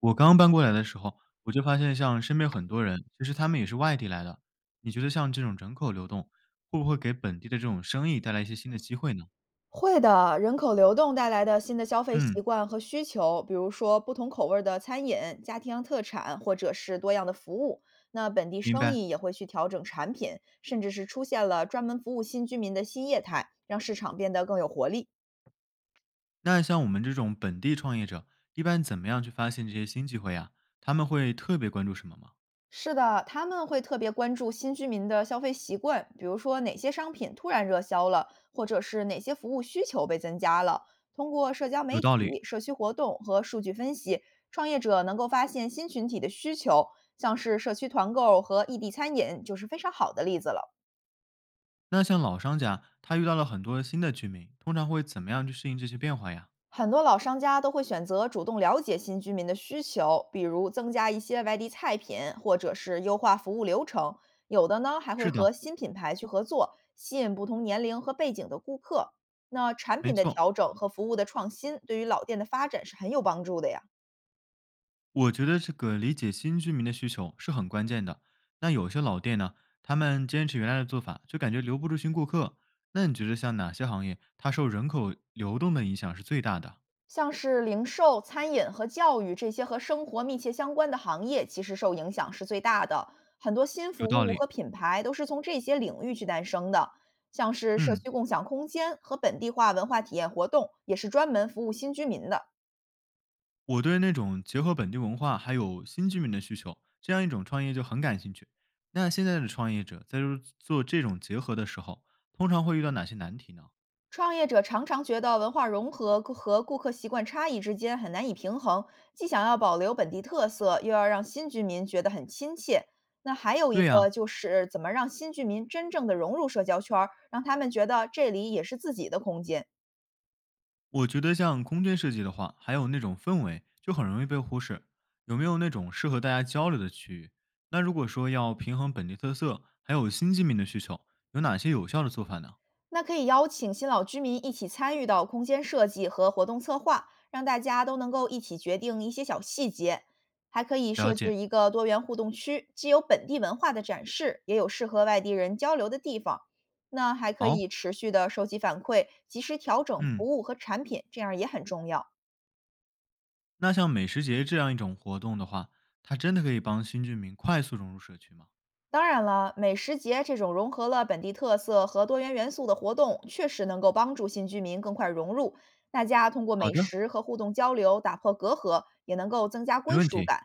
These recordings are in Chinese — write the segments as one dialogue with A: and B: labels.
A: 我刚搬过来的时候，我就发现像身边很多人，其实他们也是外地来的。你觉得像这种人口流动，会不会给本地的这种生意带来一些新的机会呢？
B: 会的，人口流动带来的新的消费习
A: 嗯，
B: 惯和需求，比如说不同口味儿的餐饮、家庭特产，或者是多样的服务，那本地
A: 明
B: 生
A: 白。
B: 意也会去调整产品，甚至是出现了专门服务新居民的新业态，让市场变得更有活力。
A: 那像我们这种本地创业者，一般怎么样去发现这些新机会呀？他们会特别关注什么吗？
B: 是的，他们会特别关注新居民的消费习惯，比如说哪些商品突然热销了，或者是哪些服务需求被增加了。通过社交
A: 有
B: 媒
A: 道
B: 体、
A: 理。
B: 社区活动和数据分析，创业者能够发现新群体的需求，像是社区团购和异地餐饮就是非常好的例子了。
A: 那像老商家，他遇到了很多新的居民，通常会怎么样去适应这些变化呀？
B: 很多老商家都会选择主动了解新居民的需求，比如增加一些外地菜品，或者是优化服务流程。有的呢，还会
A: 是
B: 和
A: 的，
B: 新品牌去合作，吸引不同年龄和背景的顾客。那产
A: 没
B: 品的
A: 错。
B: 调整和服务的创新，对于老店的发展是很有帮助的呀。
A: 我觉得这个理解新居民的需求是很关键的。那有些老店呢，他们坚持原来的做法，就感觉留不住新顾客。那你觉得像哪些行业，它受人口流动的影响是最大的？
B: 像是零售、餐饮和教育这些和生活密切相关的行业，其实受影响是最大的。很多新服
A: 有道
B: 务和
A: 理。
B: 品牌都是从这些领域去诞生的，像是社
A: 嗯，
B: 区共享空间和本地化文化体验活动，也是专门服务新居民的。
A: 我对那种结合本地文化还有新居民的需求，这样一种创业就很感兴趣。那现在的创业者在做这种结合的时候，通常会遇到哪些难题呢？
B: 创业者常常觉得文化融合和顾客习惯差异之间很难以平衡，既想要保留本地特色，又要让新居民觉得很亲切。那还有一
A: 对
B: 个
A: 呀、
B: 就是怎么让新居民真正的融入社交圈儿，让他们觉得这里也是自己的空间。
A: 我觉得像空间设计的话，还有那种氛围，就很容易被忽视。有没有那种适合大家交流的区域？那如果说要平衡本地特色，还有新居民的需求，有哪些有效的做法呢？
B: 那可以邀请新老居民一起参与到空间设计和活动策划，让大家都能够一起决定一些小细节。还可以
A: 了
B: 设置
A: 解。
B: 一个多元互动区，既有本地文化的展示，也有适合外地人交流的地方。那还可
A: 好，
B: 以持续的收集反馈，及时调整服
A: 嗯，
B: 务和产品，这样也很重要。
A: 那像美食节这样一种活动的话，它真的可以帮新居民快速融入社区吗？
B: 当然了，美食节这种融合了本地特色和多元元素的活动，确实能够帮助新居民更快融入。大家通过
A: 好
B: 美
A: 的，
B: 食和互动交流，打破隔阂，也能够增加
A: 没
B: 归
A: 问
B: 属
A: 题。
B: 感。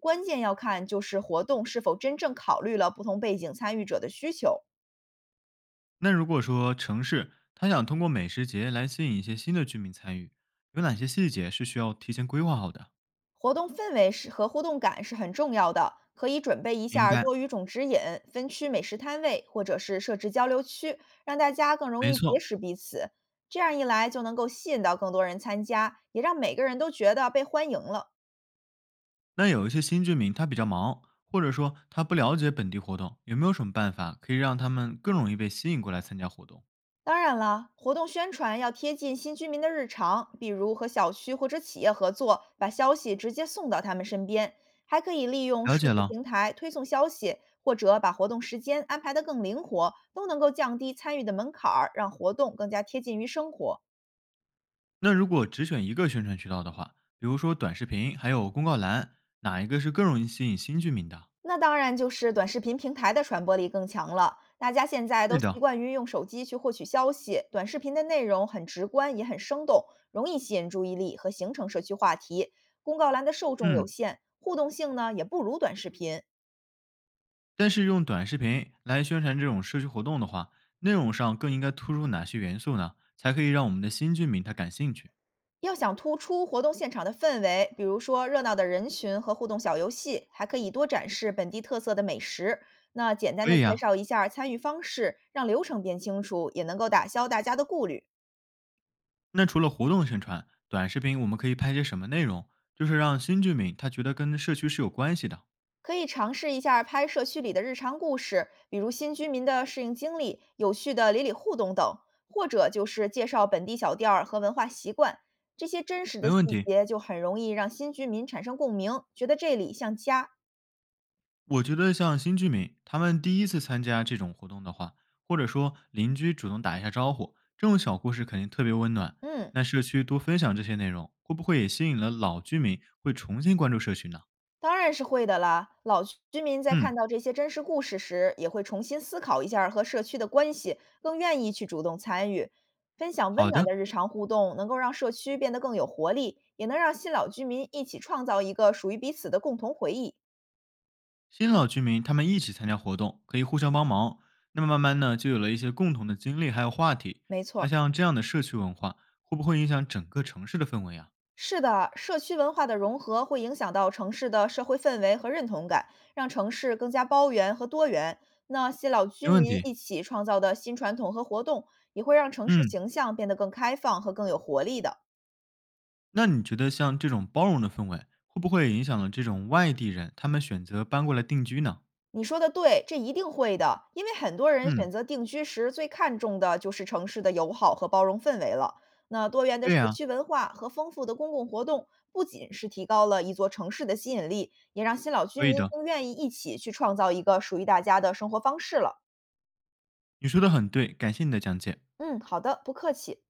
B: 关键要看就是活动是否真正考虑了不同背景参与者的需求。
A: 那如果说城市它想通过美食节来吸引一些新的居民参与，有哪些细节是需要提前规划好的？
B: 活动氛围是和互动感是很重要的，可以准备一下
A: 明
B: 儿
A: 白，
B: 多语种指引、分区美食摊位，或者是设置交流区，让大家更容
A: 没
B: 易结
A: 错。
B: 识彼此。这样一来，就能够吸引到更多人参加，也让每个人都觉得被欢迎了。
A: 那有一些新居民他比较忙，或者说他不了解本地活动，有没有什么办法可以让他们更容易被吸引过来参加活动？
B: 当然了，活动宣传要贴近新居民的日常，比如和小区或者企业合作，把消息直接送到他们身边。还可以利用
A: 了
B: 数
A: 解
B: 字
A: 了。
B: 平台推送消息，或者把活动时间安排得更灵活，都能够降低参与的门槛儿，让活动更加贴近于生活。
A: 那如果只选一个宣传渠道的话，比如说短视频还有公告栏，哪一个是更容易吸引新居民的？
B: 那当然就是短视频平台的传播力更强了。大家现在都
A: 对
B: 习
A: 的，
B: 惯于用手机去获取消息，短视频的内容很直观，也很生动，容易吸引注意力和形成社区话题。公告栏的受众有
A: 嗯。
B: 限，互动性呢也不如短视频。
A: 但是用短视频来宣传这种社区活动的话，内容上更应该突出哪些元素呢？才可以让我们的新居民他感兴趣？
B: 要想突出活动现场的氛围，比如说热闹的人群和互动小游戏，还可以多展示本地特色的美食。那简单
A: 可
B: 的
A: 以
B: 介
A: 呀、
B: 绍一下参与方式，让流程变清楚，也能够打消大家的顾虑。
A: 那除了活动宣传，短视频我们可以拍些什么内容？就是让新居民他觉得跟社区是有关系的。
B: 可以尝试一下拍摄区里的日常故事，比如新居民的适应经历、有趣的邻里互动等，或者就是介绍本地小店儿和文化习惯。这些真实的
A: 没
B: 细
A: 问题，
B: 节就很容易让新居民产生共鸣，觉得这里像家。
A: 我觉得像新居民他们第一次参加这种活动的话，或者说邻居主动打一下招呼，这种小故事肯定特别温暖。
B: 嗯，
A: 那社区多分享这些内容，会不会也吸引了老居民会重新关注社区呢？
B: 当然是会的啦。老居民在
A: 嗯，
B: 看到这些真实故事时，也会重新思考一下儿和社区的关系，更愿意去主动参与。分享温
A: 好
B: 暖
A: 的。
B: 的日常互动，能够让社区变得更有活力，也能让新老居民一起创造一个属于彼此的共同回忆。
A: 新老居民他们一起参加活动，可以互相帮忙，那么慢慢呢，就有了一些共同的经历还有话题。
B: 没错
A: 那
B: 儿。
A: 像这样的社区文化，会不会影响整个城市的氛围啊？
B: 是的，社区文化的融合会影响到城市的社会氛围和认同感，让城市更加包容和多元。那些老居
A: 没问
B: 民
A: 题。
B: 一起创造的新传统和活动，也会让城市
A: 嗯，
B: 形象变得更开放和更有活力的。
A: 那你觉得像这种包容的氛围，会不会影响了这种外地人他们选择搬过来定居呢？
B: 你说的对，这一定会的，因为很多人选
A: 嗯，
B: 择定居时，最看重的就是城市的友好和包容氛围了。那多元的
A: 对
B: 社
A: 呀、
B: 区文化和丰富的公共活动，不仅是提高了一座城市的吸引力，也让新老居
A: 可以
B: 民
A: 的。
B: 更愿意一起去创造一个属于大家的生活方式了。
A: 你说的很对，感谢你的讲解。
B: 嗯，好的，不客气。